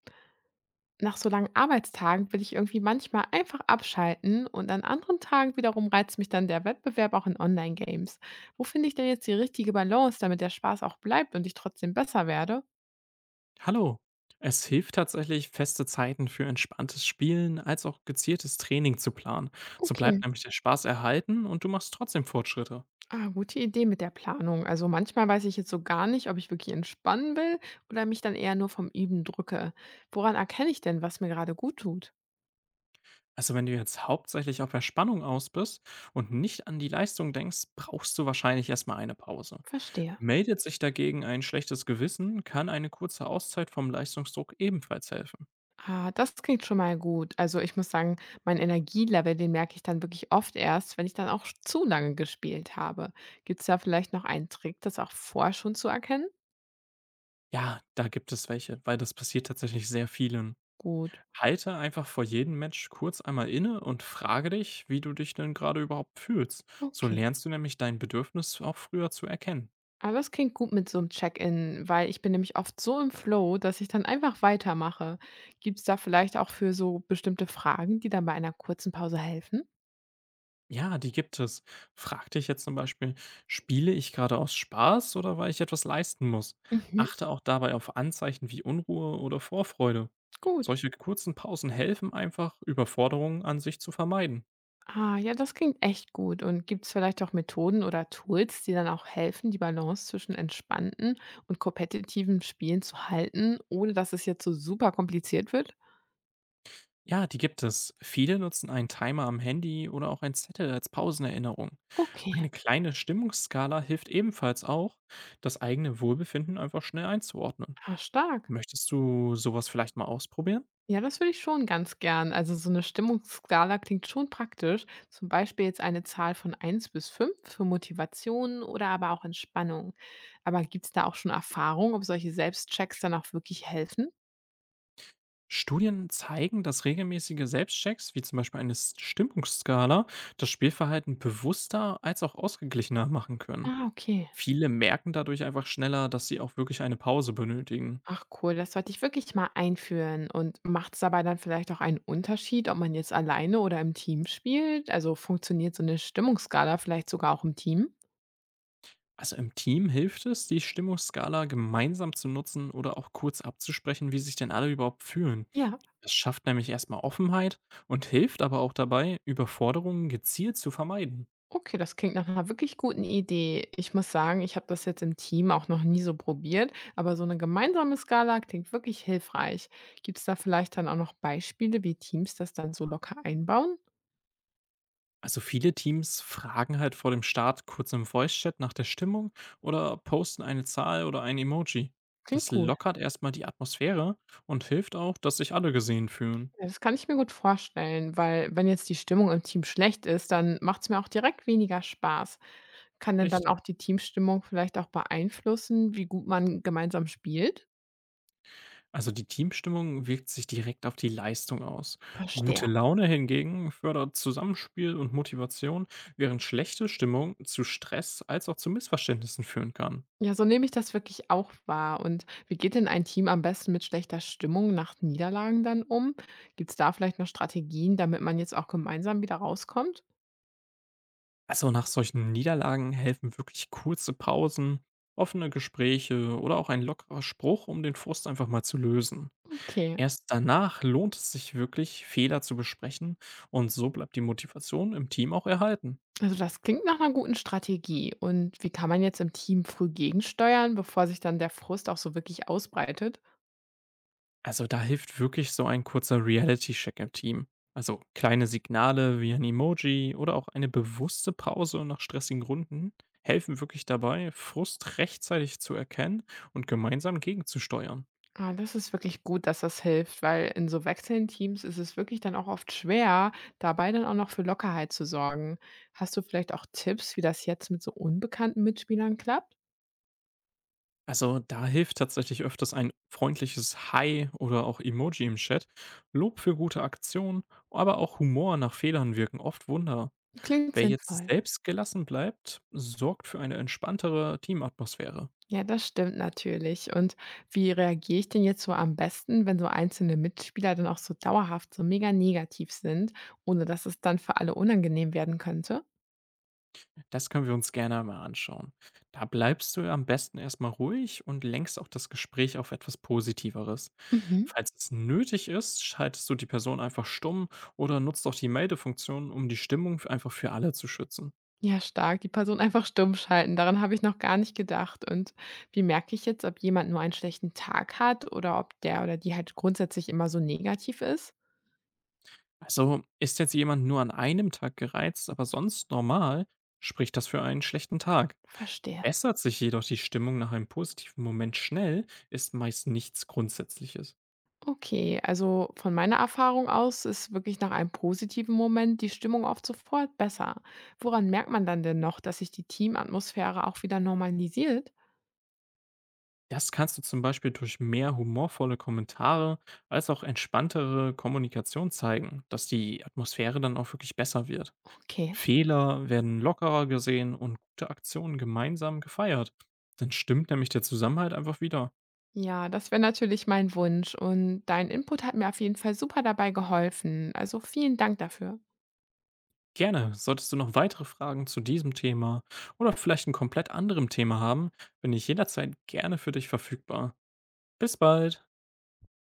Nach so langen Arbeitstagen will ich irgendwie manchmal einfach abschalten und an anderen Tagen wiederum reizt mich dann der Wettbewerb auch in Online-Games. Wo finde ich denn jetzt die richtige Balance, damit der Spaß auch bleibt und ich trotzdem besser werde? Hallo. Es hilft tatsächlich, feste Zeiten für entspanntes Spielen als auch gezieltes Training zu planen. So bleibt Okay. nämlich der Spaß erhalten und du machst trotzdem Fortschritte. Gute Idee mit der Planung. Also manchmal weiß ich jetzt so gar nicht, ob ich wirklich entspannen will oder mich dann eher nur vom Üben drücke. Woran erkenne ich denn, was mir gerade gut tut? Also wenn du jetzt hauptsächlich auf Erspannung aus bist und nicht an die Leistung denkst, brauchst du wahrscheinlich erstmal eine Pause. Verstehe. Meldet sich dagegen ein schlechtes Gewissen, kann eine kurze Auszeit vom Leistungsdruck ebenfalls helfen. Das klingt schon mal gut. Also, ich muss sagen, mein Energielevel, den merke ich dann wirklich oft erst, wenn ich dann auch sch zu lange gespielt habe. Gibt es da vielleicht noch einen Trick, das auch vorher schon zu erkennen? Ja, da gibt es welche, weil das passiert tatsächlich sehr vielen. Gut, Halte einfach vor jedem Match kurz einmal inne und frage dich, wie du dich denn gerade überhaupt fühlst. So okay. lernst du nämlich dein Bedürfnis auch früher zu erkennen. Aber das klingt gut mit so einem Check-in, weil ich bin nämlich oft so im Flow, dass ich dann einfach weitermache. Gibt es da vielleicht auch für so bestimmte Fragen, die dann bei einer kurzen Pause helfen? Ja, die gibt es. Frag dich jetzt zum Beispiel, spiele ich gerade aus Spaß oder weil ich etwas leisten muss? Mhm, Achte auch dabei auf Anzeichen wie Unruhe oder Vorfreude. gut. Solche kurzen Pausen helfen einfach, Überforderungen an sich zu vermeiden. Ja, Das klingt echt gut. Und gibt es vielleicht auch Methoden oder Tools, die dann auch helfen, die Balance zwischen entspannten und kompetitivem Spielen zu halten, ohne dass es jetzt so super kompliziert wird? Ja, die gibt es. Viele nutzen einen Timer am Handy oder auch ein Zettel als Pausenerinnerung. Eine Okay, kleine Stimmungsskala hilft ebenfalls auch, das eigene Wohlbefinden einfach schnell einzuordnen. Stark. Möchtest du sowas vielleicht mal ausprobieren? Ja, das würde ich schon ganz gern. Also so eine Stimmungsskala klingt schon praktisch. Zum Beispiel jetzt eine Zahl von eins bis 5 für Motivation oder aber auch Entspannung. Aber gibt es da auch schon Erfahrung, ob solche Selbstchecks dann auch wirklich helfen? Studien zeigen, dass regelmäßige Selbstchecks, wie zum Beispiel eine Stimmungsskala, das Spielverhalten bewusster als auch ausgeglichener machen können. Okay. Viele merken dadurch einfach schneller, dass sie auch wirklich eine Pause benötigen. Ach cool, das sollte ich wirklich mal einführen. Und macht es dabei dann vielleicht auch einen Unterschied, ob man jetzt alleine oder im Team spielt? Also funktioniert so eine Stimmungsskala vielleicht sogar auch im Team? Also im Team hilft es, die Stimmungsskala gemeinsam zu nutzen oder auch kurz abzusprechen, wie sich denn alle überhaupt fühlen. Ja. Es schafft nämlich erstmal Offenheit und hilft aber auch dabei, Überforderungen gezielt zu vermeiden. Okay, das klingt nach einer wirklich guten Idee. Ich muss sagen, ich habe das jetzt im Team auch noch nie so probiert, aber so eine gemeinsame Skala klingt wirklich hilfreich. Gibt es da vielleicht dann auch noch Beispiele, wie Teams das dann so locker einbauen? Also viele Teams fragen halt vor dem Start kurz im Voice-Chat nach der Stimmung oder posten eine Zahl oder ein Emoji. Klingt Das gut. lockert erstmal die Atmosphäre und hilft auch, dass sich alle gesehen fühlen. Ja, das kann ich mir gut vorstellen, weil wenn jetzt die Stimmung im Team schlecht ist, dann macht es mir auch direkt weniger Spaß. Kann denn dann Richtig. auch die Teamstimmung vielleicht auch beeinflussen, wie gut man gemeinsam spielt? Also die Teamstimmung wirkt sich direkt auf die Leistung aus. Verstehe. Gute Laune hingegen fördert Zusammenspiel und Motivation, während schlechte Stimmung zu Stress als auch zu Missverständnissen führen kann. Ja, so nehme ich das wirklich auch wahr. Und wie geht denn ein Team am besten mit schlechter Stimmung nach Niederlagen dann um? Gibt es da vielleicht noch Strategien, damit man jetzt auch gemeinsam wieder rauskommt? Also nach solchen Niederlagen helfen wirklich kurze Pausen, offene Gespräche oder auch ein lockerer Spruch, um den Frust einfach mal zu lösen. Okay, Erst danach lohnt es sich wirklich, Fehler zu besprechen und so bleibt die Motivation im Team auch erhalten. also das klingt nach einer guten Strategie. Und wie kann man jetzt im Team früh gegensteuern, bevor sich dann der Frust auch so wirklich ausbreitet? Also da hilft wirklich so ein kurzer Reality-Check im Team. Also kleine Signale wie ein Emoji oder auch eine bewusste Pause nach stressigen Runden helfen wirklich dabei, Frust rechtzeitig zu erkennen und gemeinsam gegenzusteuern. Das ist wirklich gut, dass das hilft, weil in so wechselnden Teams ist es wirklich dann auch oft schwer, dabei dann auch noch für Lockerheit zu sorgen. Hast du vielleicht auch Tipps, wie das jetzt mit so unbekannten Mitspielern klappt? Also da hilft tatsächlich öfters ein freundliches Hi oder auch Emoji im Chat. Lob für gute Aktionen, aber auch Humor nach Fehlern wirken oft Wunder. Klingt Wer jetzt sinnvoll. selbst gelassen bleibt, sorgt für eine entspanntere Teamatmosphäre. Ja, das stimmt natürlich. Und wie reagiere ich denn jetzt so am besten, wenn so einzelne Mitspieler dann auch so dauerhaft so mega negativ sind, ohne dass es dann für alle unangenehm werden könnte? Das können wir uns gerne mal anschauen. Da bleibst du am besten erstmal ruhig und lenkst auch das Gespräch auf etwas Positiveres. Mhm. Falls es nötig ist, schaltest du die Person einfach stumm oder nutzt auch die Meldefunktion, um die Stimmung einfach für alle zu schützen. Ja, stark. Die Person einfach stumm schalten. Daran habe ich noch gar nicht gedacht. Und wie merke ich jetzt, ob jemand nur einen schlechten Tag hat oder ob der oder die halt grundsätzlich immer so negativ ist? Also ist jetzt jemand nur an einem Tag gereizt, aber sonst normal, spricht das für einen schlechten Tag. Verstehe. Bessert sich jedoch die Stimmung nach einem positiven Moment schnell, ist meist nichts Grundsätzliches. Okay, also von meiner Erfahrung aus ist wirklich nach einem positiven Moment die Stimmung oft sofort besser. Woran merkt man dann denn noch, dass sich die Teamatmosphäre auch wieder normalisiert? Das kannst du zum Beispiel durch mehr humorvolle Kommentare als auch entspanntere Kommunikation zeigen, dass die Atmosphäre dann auch wirklich besser wird. Okay. Fehler werden lockerer gesehen und gute Aktionen gemeinsam gefeiert. Dann stimmt nämlich der Zusammenhalt einfach wieder. Ja, das wäre natürlich mein Wunsch und dein Input hat mir auf jeden Fall super dabei geholfen. Also vielen Dank dafür. Gerne. Solltest du noch weitere Fragen zu diesem Thema oder vielleicht ein komplett anderem Thema haben, bin ich jederzeit gerne für dich verfügbar. Bis bald.